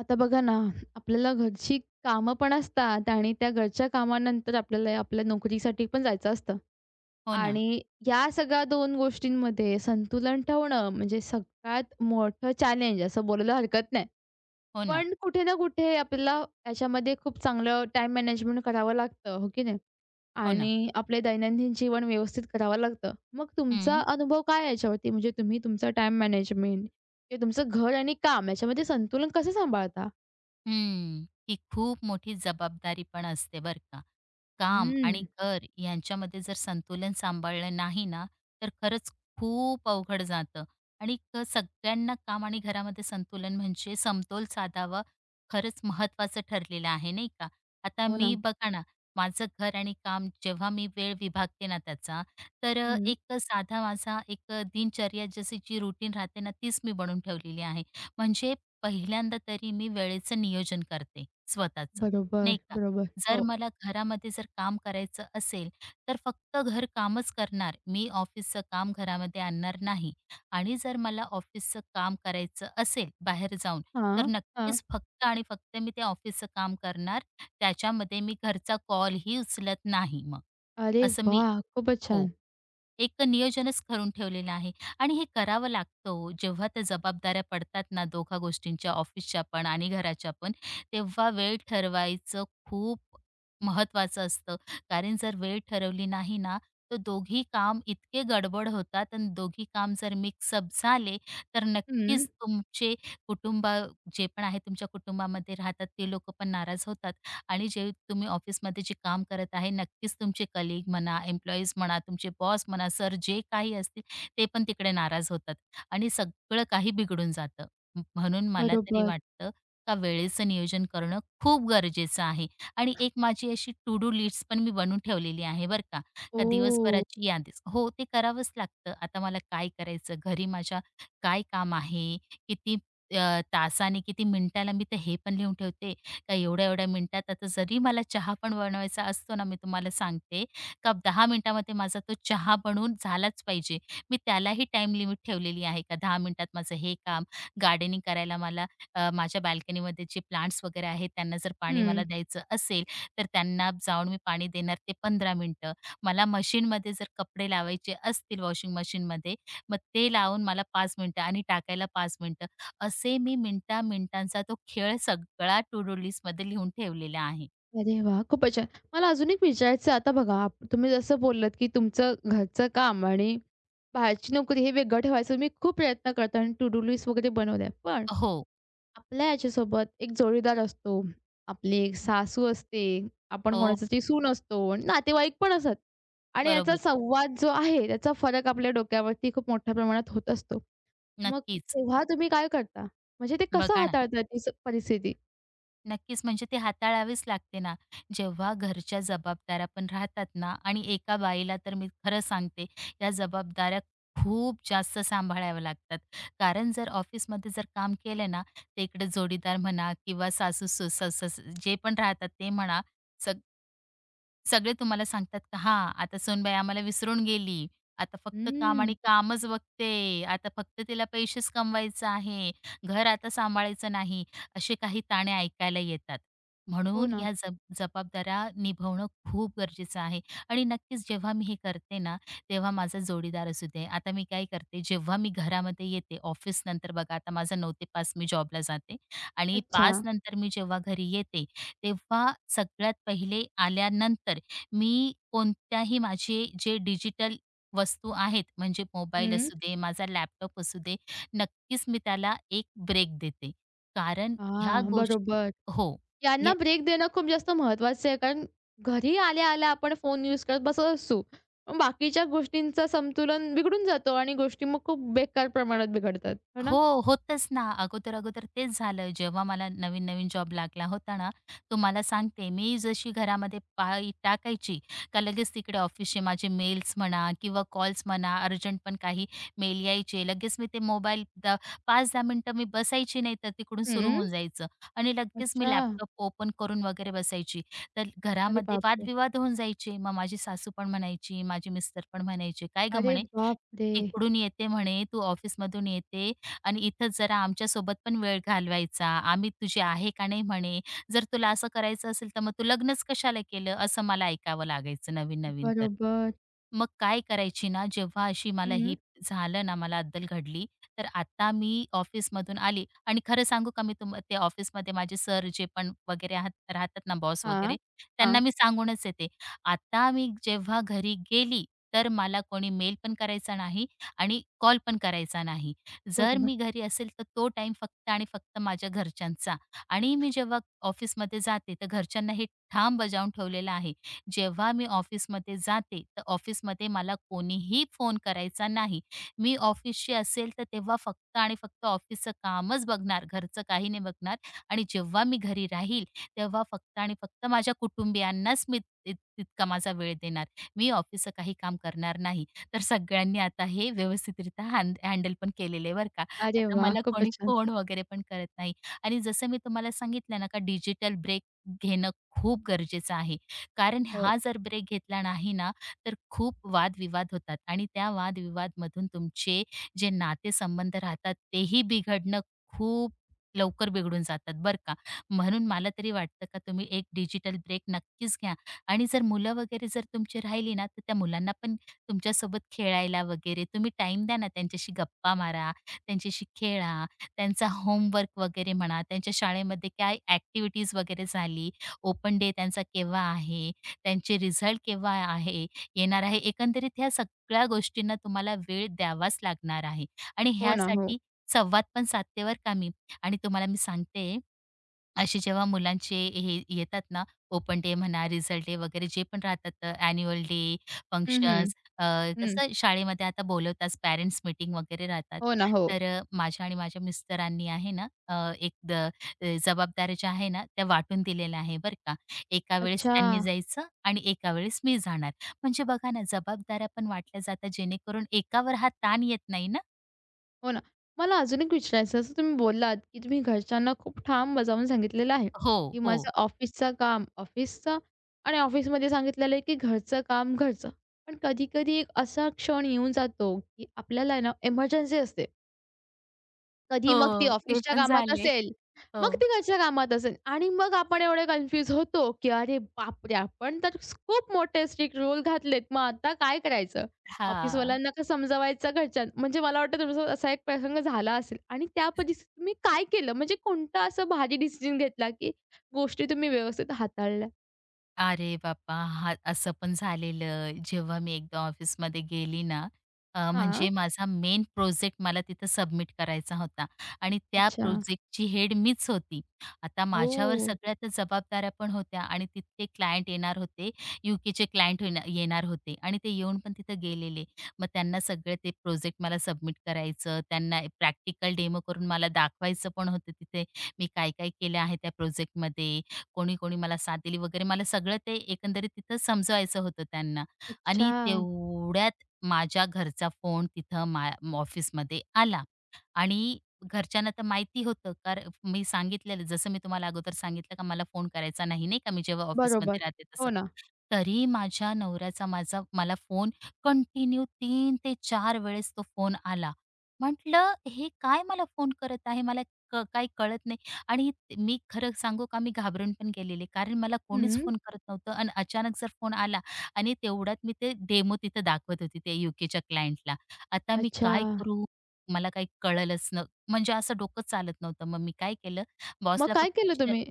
आता बघा ना, आपल्याला घरची कामं पण असतात आणि त्या घरच्या कामानंतर आपल्याला आपल्या नोकरीसाठी पण जायचं असतं. हो ना, आणि या सगळ्या 2 गोष्टींमध्ये संतुलन ठेवणं म्हणजे सगळ्यात मोठं चॅलेंज असं बोलायला हरकत नाही. हो ना, पण कुठे ना कुठे आपल्याला याच्यामध्ये खूप चांगलं टाईम मॅनेजमेंट करावं लागतं, हो की नाही? हो ना. आणि आपले दैनंदिन जीवन व्यवस्थित करावं लागतं. मग तुमचा हं. अनुभव काय आहे याच्यावरती? म्हणजे तुम्ही तुमचं टाईम मॅनेजमेंट किंवा तुमचं घर आणि काम याच्यामध्ये संतुलन कसं सांभाळता? हं. ही खूप मोठी जबाबदारी पण असते बरं का. काम आणि हम्म. घर यांच्यामध्ये जर संतुलन सांभाळलं नाही ना, तर खरंच खूप अवघड जातं आणि सगळ्यांना काम आणि घरामध्ये संतुलन म्हणजे समतोल साधावा खरंच महत्त्वाचं ठरलेलं आहे, नाही का? आता हो ना. मी बघा ना, माझं घर आणि काम जेव्हा मी वेळ विभागते ना त्याचा, तर हं. एक साधा माझा एक दिनचर्या जशी जी रुटीन राहते ना, तीच मी बनवून ठेवलेली आहे. म्हणजे पहिल्यांदा तरी मी वेळेचं नियोजन करते स्वतःचं, नाही बरोबर, का. बरोबर. जर हो. मला घरामध्ये जर काम करायचं असेल, तर फक्त घरकामच करणार. मी ऑफिसचं काम घरामध्ये आणणार नाही आणि जर मला ऑफिसचं काम करायचं असेल बाहेर जाऊन, तर हां, हां. नक्कीच फक्त आणि फक्त मी ते ऑफिसचं काम करणार. त्याच्यामध्ये मी घरचा कॉलही उचलत नाही मग. अरे असं मी वाह! खूपच हो. छान. एक नियोजनच करून ठेवलेलं आहे आणि हे करावं लागतं हो. जेव्हा त्या जबाबदाऱ्या पडतात ना दोघा गोष्टींच्या, ऑफिसच्या पण आणि घराच्या पण, तेव्हा वेळ ठरवायचं खूप महत्त्वाचं असतं. कारण जर वेळ ठरवली नाही ना, तर दोघी काम इतके गडबड होतात आणि दोघी काम जर मिक्सअप झाले, तर हं. नक्कीच तुमचे कुटुंब जे पण आहे तुमच्या कुटुंबामध्ये राहतात, ते लोकं पण नाराज होतात. आणि जे तुम्ही ऑफिसमध्ये जे काम करत आहे नक्कीच तुमचे कलीग म्हणा, एम्प्लॉईज म्हणा, तुमचे बॉस म्हणा, सर जे काही असतील ते पण तिकडे नाराज होतात आणि सगळं काही बिघडून जातं. म्हणून मला तरी बरोबर. वाटतं का वेळेचं नियोजन करणं खूप गरजेचं आहे आणि एक माझी अशी टू डू लिस्ट पण मी बनवून ठेवलेली आहे बरं का. का ओह! दिवसभराची यादीच हो, ते करावंच लागतं. आता मला काय करायचं? घरी माझ्या काय काम आहे? किती तासाने, किती मिनिटाला? मी तर हे पण लिहून ठेवते का एवढ्या एवढ्या मिनिटात आता जरी मला चहा पण बनवायचा असतो ना, मी तुम्हाला सांगते का 10 मिनिटामध्ये माझा तो चहा बनवून झालाच पाहिजे. मी त्यालाही टाईम लिमिट ठेवलेली आहे का 10 मिनिटात माझं हे काम, गार्डनिंग करायला मला माझ्या बाल्कनीमध्ये जे प्लांट्स वगैरे आहेत त्यांना जर पाणी हं. मला द्यायचं असेल, तर त्यांना जाऊन मी पाणी देणार ते 15 मिनिटं. मला मशीनमध्ये जर कपडे लावायचे असतील वॉशिंग मशीनमध्ये, मग ते लावून मला 5 मिनिटं आणि टाकायला 5 मिनिटं. असे मी मिनिटा-मिनिटांचा तो खेळ सगळा टू डू लिस्टमध्ये लिहून ठेवलेला आहे. अरे वाह! खूपच छान. मला अजून एक विचारायचं आता बघा, तुम्ही जसं बोललात, की तुमचं घरचं काम आणि बाहेरची नोकरी हे वेगळं ठेवायचं तुम्ही खूप प्रयत्न करता आणि टू डू लिस्ट वगैरे बनवल्या. पण हो, आपल्या याच्यासोबत एक जोडीदार असतो, आपली एक सासू असते, आपण हो, कोणाची तरी सून असतो आणि नातेवाईक पण असत. आणि याचा बरोबर. संवाद जो आहे, त्याचा फरक आपल्या डोक्यावरती खूप मोठ्या प्रमाणात होत असतो. मग नक्कीच. तेव्हा तुम्ही काय करता? म्हणजे ते कसं बघा ना, हाताळतात ती परिस्थिती? नक्कीच म्हणजे ते हाताळावेच लागते ना. जेव्हा घरच्या जबाबदाऱ्या पण राहतात ना आणि एका बाईला तर मी खरं सांगते, या जबाबदाऱ्या खूप जास्त सांभाळाव्या लागतात. कारण जर ऑफिसमध्ये जर काम केलं ना, तर इकडे जोडीदार म्हणा किंवा सासू-सास जे पण राहतात ते म्हणा, सगळे तुम्हाला सांगतात का हां, आता सूनबाई आम्हाला विसरून गेली. आता फक्त काम हम्म. आणि कामच बघते. आता फक्त तिला पैसेच कमवायचं आहे. घर आता सांभाळायचं नाही. असे काही ताणे ऐकायला येतात. हो म्हणून ना. ह्या जबाबदाऱ्या निभवणं खूप गरजेचं आहे आणि नक्कीच जेव्हा मी हे करते ना, तेव्हा माझा जोडीदार असू दे. आता मी काय करते, जेव्हा मी घरामध्ये येते ऑफिसनंतर बघा आता माझा 9 ते 5 मी जॉबला जाते आणि अच्छा. 5 नंतर मी जेव्हा घरी येते, तेव्हा सगळ्यात पहिले आल्यानंतर मी कोणत्याही माझे जे डिजिटल वस्तू आहेत म्हणजे मोबाईल हं. असू दे, माझा लॅपटॉप असू दे, नक्कीच मी त्याला एक ब्रेक देते. कारण ह्या हां, गोष्टी बरोबर. हो. यांना हे ब्रेक देणं खूप जास्त महत्त्वाचं आहे. कारण घरी आल्या-आल्या आपण फोन यूज करत बसत असू. मग बाकीच्या गोष्टींचं संतुलन बिघडून जातो आणि गोष्टी मग खूप बेकार प्रमाणात बिघडतात. हो ना? हो, होतंच ना. अगोदर-अगोदर तेच झालं. जेव्हा मला नवीन-नवीन जॉब लागला होता ना, तुम्हाला सांगते मी जशी घरामध्ये पाय टाकायची, का लगेच तिकडे ऑफिसचे माझे मेल्स म्हणा किंवा कॉल्स म्हणा, अर्जंट पण काही मेल यायचे. लगेच मी ते मोबाईल 5-10 मिनिटं मी बसायची नाही, तर तिकडून सुरू हं. होऊन जायचं आणि लगेच मी अच्छा. लॅपटॉप ओपन करून वगैरे बसायची. तर अरे घरामध्ये बापरे! वादविवाद होऊन जायचे. मग माझी सासू पण म्हणायची, माझे मिस्टर पण म्हणायचे, "काय गं अरे बापरे! तिकडून येते म्हणे, तू ऑफिसमधून येते आणि इथं जरा आमच्यासोबत पण वेळ घालवायचा. आम्ही तुझे आहे का नाही म्हणे. जर तुला असं करायचं असेल, तर मग तू लग्नच कशाला केलं? असं मला ऐकावं लागायचं नवीन-नवीन तर. बरोबर. मग काय करायची ना, जेव्हा अशी मला हं. ही झालं ना, मला अद्दल घडली, तर आता मी ऑफिसमधून आली आणि खरं सांगू का, मी ते ऑफिसमध्ये माझे सर जे पण वगैरे आहात राहतात ना, बॉस हां. वगैरे, त्यांना हां. मी सांगूनच येते. आता मी जेव्हा घरी गेली, तर मला कोणी मेल पण करायचा नाही आणि कॉल पण करायचा नाही. जर बरोबर. मी घरी असेल, तर तो टाईम फक्त आणि फक्त माझ्या घरच्यांचा आणि मी जेव्हा ऑफिसमध्ये जाते, तर घरच्यांना हे ठाम बजावून ठेवलेलं आहे. जेव्हा मी ऑफिसमध्ये जाते, तर ऑफिसमध्ये मला कोणीही फोन करायचा नाही. मी ऑफिसची असेल, तर तेव्हा फक्त आणि फक्त ऑफिसचं कामच बघणार, घरचं काही नाही बघणार आणि जेव्हा मी घरी राहील, तेव्हा फक्त आणि फक्त माझ्या कुटुंबियांनाच मी ति तितका माझा वेळ देणार. मी ऑफिसचं काही काम करणार नाही. तर सगळ्यांनी आता हे व्यवस्थितरित्या हँडल पण केलेलं आहे बरं का. अरे आता वाह! मला कोणी खूपच छान. फोन वगैरे पण करत नाही आणि जसं मी तुम्हाला सांगितलं ना, का डिजिटल ब्रेक घेणं खूप गरजेचं आहे. कारण हो. हा जर ब्रेक घेतला नाही ना, तर खूप वादविवाद होतात आणि त्या वादविवादमधून तुमचे जे नातेसंबंध राहतात तेही बिघडणं खूप लवकर बिघडून जातात बरं का. म्हणून मला तरी वाटतं का तुम्ही एक डिजिटल ब्रेक नक्कीच घ्या आणि जर मुलं वगैरे जर तुमची राहिली ना, तर त्या मुलांना पण तुमच्यासोबत खेळायला वगैरे तुम्ही टाईम द्या ना, त्यांच्याशी गप्पा मारा, त्यांच्याशी खेळा, त्यांचा होमवर्क वगैरे म्हणा, त्यांच्या शाळेमध्ये काय ॲक्टिव्हिटीज वगैरे झाली ओपन डे त्यांचा केव्हा आहे, त्यांचे रिझल्ट केव्हा आहे, येणार आहे. एकंदरीत ह्या सगळ्या गोष्टींना तुम्हाला वेळ द्यावाच लागणार आहे आणि हो ना. हो. ह्यासाठी संवाद पण साधते बरं का मी. आणि तुम्हाला मी सांगते असे जेव्हा मुलांचे हे येतात ना, ओपन डे म्हणा, रिझल्ट डे वगैरे जे पण राहतात ॲन्युअल डे, हं, हं. फंक्शन्स हं. कसं शाळेमध्ये आता बोलवतात पॅरेंट्स मीटिंग वगैरे राहतात. हो ना. हो. तर माझ्या आणि माझ्या मिस्टरांनी आहे ना, एक जबाबदाऱ्या ज्या आहे ना, त्या वाटून दिलेल्या आहे बरं का. एका वेळेस अच्छा. त्यांनी जायचं आणि एका वेळेस मी जाणार. म्हणजे बघा ना, जबाबदाऱ्या पण वाटल्या जातात जेणेकरून एकावर हा ताण येत नाही ना. हो ना. मला अजून एक विचारायचं असं तुम्ही बोललात, की तुम्ही घरच्यांना खूप ठाम बजावून सांगितलेलं आहे, हो, की माझं हो. ऑफिसचं काम ऑफिसचं आणि ऑफिसमध्ये सांगितलेलं आहे, की घरचं काम घरचं. पण कधी-कधी एक असा क्षण येऊन जातो, की आपल्याला आहे ना, एमर्जन्सी असते. कधी मग ती हो, ते ऑफिसच्या पण कामात झाले. असेल, हो. मग ती घरच्या कामात असेल आणि मग आपण एवढे कन्फ्यूज होतो, की अरे बापरे! आपण तर खूप मोठे स्ट्रिक्ट रूल घातलेत. मग आता काय करायचं? हां. ऑफिसवाल्यांना का समजवायचं म्हणजे मला वाटतं तुमच्यासोबत असा एक प्रसंग झाला असेल आणि त्या परिस्थितीत तुम्ही काय केलं? म्हणजे कोणता असा भारी डिसिजन घेतला, की गोष्टी तुम्ही व्यवस्थित हाताळल्या? अरे बापा, हां, असं पण झालेलं. जेव्हा मी एकदा ऑफिसमध्ये गेली ना, हां. म्हणजे माझा मेन प्रोजेक्ट मला तिथं सबमिट करायचा होता आणि त्या अच्छा. प्रोजेक्टची हेड मीच होती. आता माझ्यावर ओह! सगळ्या त्या जबाबदाऱ्या पण होत्या आणि तिथले क्लायंट येणार होते. यूकेचे क्लायंट येणार होते आणि ते येऊन पण तिथं गेलेले. मग त्यांना सगळं ते प्रोजेक्ट मला सबमिट करायचं, त्यांना प्रॅक्टिकल डेमो करून मला दाखवायचं पण होतं तिथे, मी काय-काय केलं आहे त्या प्रोजेक्टमध्ये. कोणी कोणी मला साथ दिली वगैरे मला सगळं ते एकंदरीत तिथं समजवायचं होतं त्यांना. अच्छा. आणि तेवढ्यात माझ्या घरचा फोन तिथं ऑफिसमध्ये आला. आणि घरच्यांना तर माहिती होतं, कारण मी सांगितलेलं, जसं मी तुम्हाला अगोदर सांगितलं का मला फोन करायचा नाही, नाही का, मी जेव्हा बरोबर. ऑफिसमध्ये राहते हो तसं. ना. तरी माझ्या नवऱ्याचा माझा मला फोन कंटिन्यू 3 ते 4 वेळेस तो फोन आला. म्हटलं, "हे काय मला फोन करत आहे? मला काही कळत नाही." आणि ते- मी खरं सांगू का, मी घाबरून पण गेलेले, कारण मला कोणीच हं. फोन करत नव्हतं आणि अचानक जर फोन आला आणि तेवढ्यात मी ते डेमो तिथं दाखवत होती, त्या यूकेच्या क्लायंटला. आता मी अच्छा. काय करू? मला काही कळलंच न म्हणजे असं डोकं चालत नव्हतं. मग मी काय केलं मग बॉसला काय फक्त केलं तुम्ही?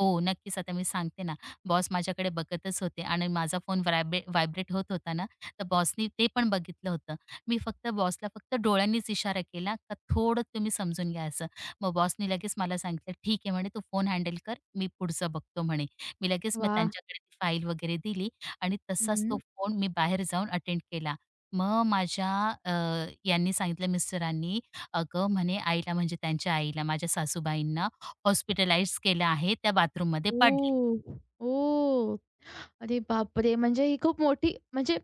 हो, नक्कीच. आता मी सांगते ना, बॉस माझ्याकडे बघतच होते आणि माझा फोन व्हायब्रेट होत होता ना, तर बॉसनी ते पण बघितलं होतं. मी फक्त बॉसला फक्त डोळ्यांनीच इशारा केला, का थोडं तुम्ही समजून घ्या असं. मग बॉसनी लगेच मला सांगितलं, "ठीक आहे," म्हणे, "तू फोन हँडल कर, मी पुढचं बघतो," म्हणे. मी लगेच मग वाह! त्यांच्याकडे ती फाईल वगैरे दिली आणि तसाच तो हं. फोन मी बाहेर जाऊन अटेंड केला. मग माझ्या अ, यांनी सांगितलं मिस्टरांनी, "अगं," म्हणे, "आईला" म्हणजे त्यांच्या आईला, माझ्या सासूबाईंना हॉस्पिटलाइज केलं आहे. त्या बाथरूममध्ये पडल्या. ओ, ओ, अरे बापरे! म्हणजे ही खूप मोठी म्हणजे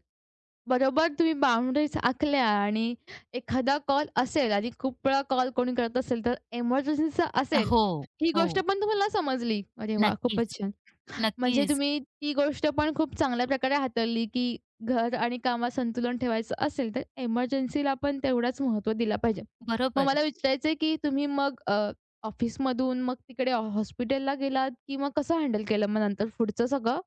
बरोबर तुम्ही बाउंडरीज आखल्या आणि एखादा कॉल असेल आणि खूप वेळा कॉल कोणी करत असेल, तर एमर्जन्सीचा असेल, हो, ही गोष्ट हो. पण तुम्हाला समजली. अरे वाह! खूपच नक्कीच, छान. म्हणजे नक्कीच. तुम्ही ती गोष्ट पण खूप चांगल्या प्रकारे हाताळली, की घर आणि कामात संतुलन ठेवायचं असेल, तर एमर्जन्सीला पण तेवढाच महत्त्व दिला पाहिजे. मग बरोबर. मला विचारायचं आहे, की तुम्ही मग ऑफिसमधून मग तिकडे हॉस्पिटलला गेलात, की मग कसं हँडल केलं मग नंतर पुढचं सगळं?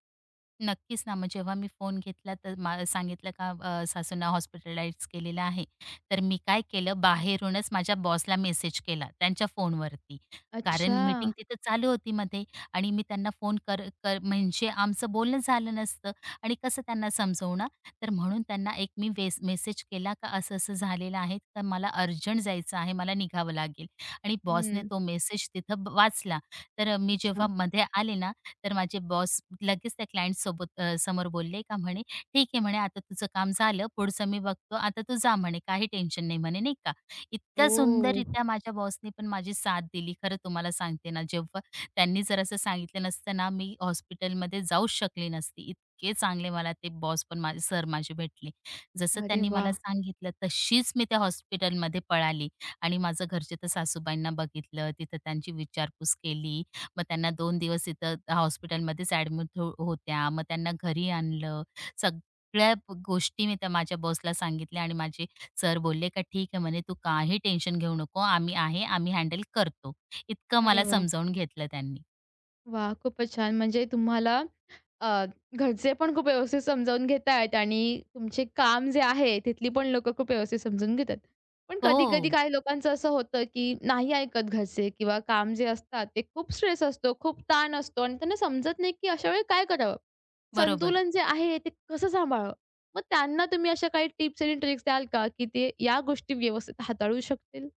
नक्कीच ना. मग जेव्हा मी फोन घेतला तर सांगितलं का सासूंना हॉस्पिटलाइज केलेलं आहे. तर मी काय केलं बाहेरूनच माझ्या बॉसला मेसेज केला त्यांच्या फोनवरती. कारण अच्छा. मीटिंग तिथं चालू होती मध्ये आणि मी त्यांना फोन कर कर म्हणजे आमचं बोलणं झालं नसतं आणि कसं त्यांना समजवणार? तर म्हणून त्यांना एक मी वेस मेसेज केला का असं-असं झालेलं आहे, तर मला अर्जंट जायचं आहे, मला निघावं लागेल आणि बॉसने हं. तो मेसेज तिथं वाचला. तर मी अच्छा. जेव्हा मध्ये आले ना तर माझे बॉस लगेच त्या क्लायंटसोबत समोर बोलले का म्हणे, "ठीक आहे," म्हणे, "आता तुझं काम झालं. पुढचं मी बघतो. आता तू जा," म्हणे, "काही टेन्शन नाही," म्हणे, नाही का. इतक्या ओह! सुंदररीत्या माझ्या बॉसने पण माझी साथ दिली. खरं तुम्हाला सांगते ना, जेव्हा त्यांनी जर असं सांगितलं नसतं ना, मी हॉस्पिटलमध्ये जाऊच शकली नसती. इतके चांगले मला ते बॉस पण माझे सर माझे भेटले. जसं अरे त्यांनी मला वाह! सांगितलं तशीच मी त्या हॉस्पिटलमध्ये पळाली आणि माझं घरचे तर सासूबाईंना बघितलं, तिथं त्यांची विचारपूस केली. मग त्यांना 2 दिवस इथं हॉस्पिटलमध्येच ॲडमिट होत्या. मग त्यांना घरी आणलं. सगळ्या गोष्टी मी त्या माझ्या बॉसला सांगितल्या आणि माझे सर बोलले, "का ठीक आहे," म्हणे, "तू काही टेन्शन घेऊ नको. आम्ही आहे. आम्ही हँडल करतो." इतकं अरे मला वाह! समजावून घेतलं त्यांनी. वाह! खूपच छान. म्हणजे तुम्हाला अ, घरचे पण खूप व्यवस्थित समजावून घेतायत आणि तुमचे काम जे आहे तिथली पण लोकं खूप व्यवस्थित समजून घेतात. पण कधी-कधी हो, काही लोकांचं असं होतं, की नाही ऐकत घरचे किंवा काम जे असतात ते खूप स्ट्रेस असतो, खूप ताण असतो आणि त्यांना समजत नाही, की अशा वेळी काय करावं? बरोबर. संतुलन जे आहे ते कसं सांभाळावं? मग त्यांना तुम्ही अशा काही टिप्स आणि ट्रिक्स द्याल का, की ते या गोष्टी व्यवस्थित हाताळू शकतील?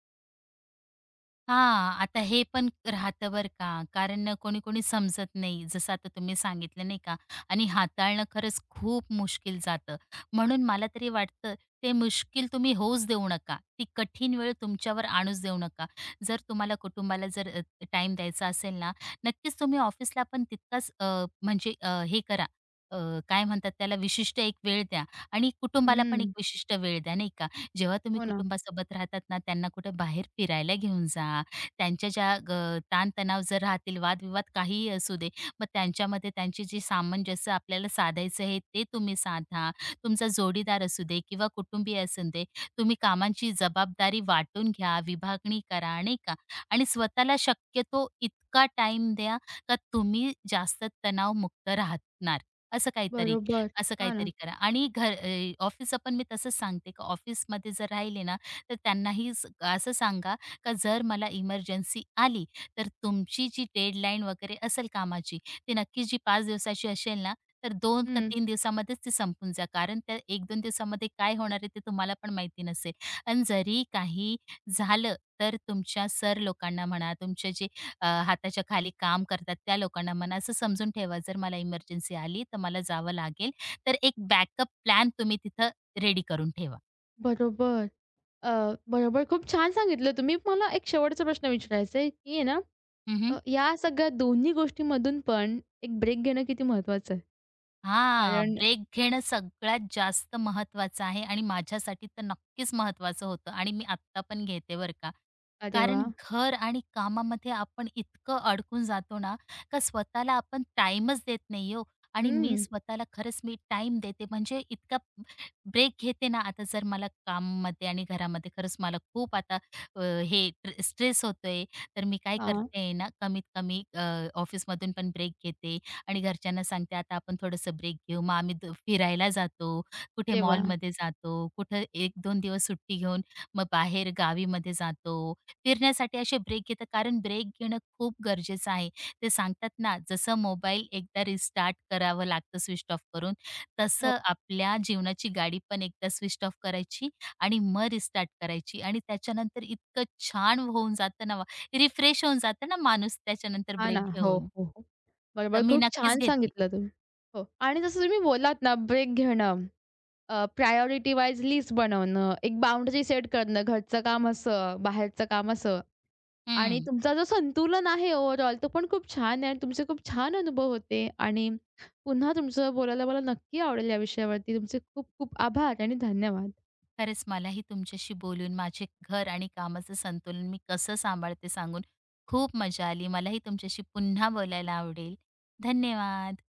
हां, आता हे पण राहतं बरं का, कारण कोणी-कोणी समजत नाही. जसं आता तुम्ही सांगितलं नाही का आणि हाताळणं खरंच खूप मुश्किल जातं. म्हणून मला तरी वाटतं ते मुश्किल तुम्ही होऊच देऊ नका. ती कठीण वेळ तुमच्यावर आणूच देऊ नका. जर तुम्हाला कुटुंबाला जर द्यायचा असेल ना, नक्कीच तुम्ही ऑफिसला पण तितकाच म्हणजे हे करा, अ, काय म्हणतात त्याला विशिष्ट एक वेळ द्या आणि कुटुंबाला पण एक हं. विशिष्ट वेळ द्या, नाही का? जेव्हा तुम्ही हो ना. कुटुंबासोबत राहतात ना, त्यांना कुठे बाहेर फिरायला घेऊन जा. त्यांच्या ज्या ताणतणाव जर राहतील, वादविवाद काहीही असू दे, मग त्यांच्यामध्ये त्यांची जी सामंजस्य आपल्याला साधायचं आहे, ते तुम्ही साधा. तुमचा जोडीदार असू दे किंवा कुटुंबीय असू दे, तुम्ही कामांची जबाबदारी वाटून घ्या, विभागणी करा, नाही का? आणि स्वतःला शक्यतो इतका टाईम द्या, का तुम्ही जास्त तणावमुक्त राहणार, असं काहीतरी. बरोबर. असं हां ना. काहीतरी करा आणि घर ऑफिसचं पण मी तसंच सांगते का ऑफिसमध्ये जर राहिले ना, तर त्यांनाही असं सांगा का जर मला इमर्जन्सी आली, तर तुमची जी डेडलाईन वगैरे असेल कामाची, ती नक्कीच जी 5 दिवसाची असेल ना, तर 2 का हं. 3 दिवसामध्येच ती संपून जा. कारण त्या 1-2 दिवसामध्ये काय होणार आहे ते तुम्हाला पण माहिती नसेल. आणि जरी काही झालं, तर तुमच्या सर लोकांना म्हणा, तुमचे जे हाताच्या खाली काम करतात त्या लोकांना म्हणा, असं समजून ठेवा, जर मला इमर्जन्सी आली, तर मला जावं लागेल. तर एक बॅकअप प्लॅन तुम्ही तिथं रेडी करून ठेवा. बरोबर. अ, बरोबर. खूप छान सांगितलं तुम्ही. मला एक शेवटचा प्रश्न विचारायचा आहे, की आहे ना, हं, या सगळ्या दोन्ही गोष्टींमधून पण एक ब्रेक घेणं किती महत्त्वाचं आहे? हां, कारण ब्रेक घेणं सगळ्यात जास्त महत्त्वाचं आहे आणि माझ्यासाठी तर नक्कीच महत्त्वाचं होतं आणि मी आत्ता पण घेते बरं का. अरे कारण वाह! घर आणि कामामध्ये आपण इतकं अडकून जातो ना, का स्वतःला आपण टाईमच देत नाही हो आणि मी हं. स्वतःला खरंच मी टाईम देते म्हणजे इतका ब्रेक घेते ना, आता जर मला काममध्ये आणि घरामध्ये खरंच मला खूप आता अ, हे स्ट्रेस होतोय, तर मी काय हां. करते ना, कमीत कमी ऑफिसमधून पण ब्रेक घेते. आणि घरच्यांना सांगते, "आता आपण थोडंसं ब्रेक घेऊ." मग आम्ही फिरायला जातो, कुठे अरे वाह! मॉलमध्ये जातो, कुठं 1-2 दिवस सुट्टी घेऊन मग बाहेर गावीमध्ये जातो. फिरण्यासाठी असे ब्रेक घेतात कारण ब्रेक घेणं खूप गरजेचं आहे. ते सांगतात ना, जसं मोबाईल एकदा रिस्टार्ट करावं लागतं स्विच ऑफ करून, हो. तसं आपल्या जीवनाची गाडी पण एकदा स्विच ऑफ करायची आणि मग रिस्टार्ट करायची आणि त्याच्यानंतर इतकं छान होऊन जातं ना, रिफ्रेश होऊन जातं ना माणूस त्याच्यानंतर हां ना. ब्रेक हो, घेऊन. हो, हो. तर बरोबर. मी खूप नक्कीच छान घेते. सांगितलं तुम्ही. हो आणि जसं तुम्ही बोललात ना, ब्रेक घेणं, प्रायोरिटी वाईज लिस्ट बनवणं, एक बाउंडरी सेट करणं, घरचं काम असं, बाहेरचं काम असं. आणि हं. तुमचा जो संतुलन आहे ओव्हरऑल तो पण खूप छान आहे आणि तुमचे खूप छान अनुभव होते आणि पुन्हा तुमचं बोलायला मला नक्की आवडेल या विषयावरती. तुमचे खूप खूप आभार आणि धन्यवाद. खरंच मलाही तुमच्याशी बोलून माझे घर आणि कामाचं संतुलन मी कसं सांभाळते सांगून खूप मजा आली. मलाही तुमच्याशी पुन्हा बोलायला आवडेल. धन्यवाद.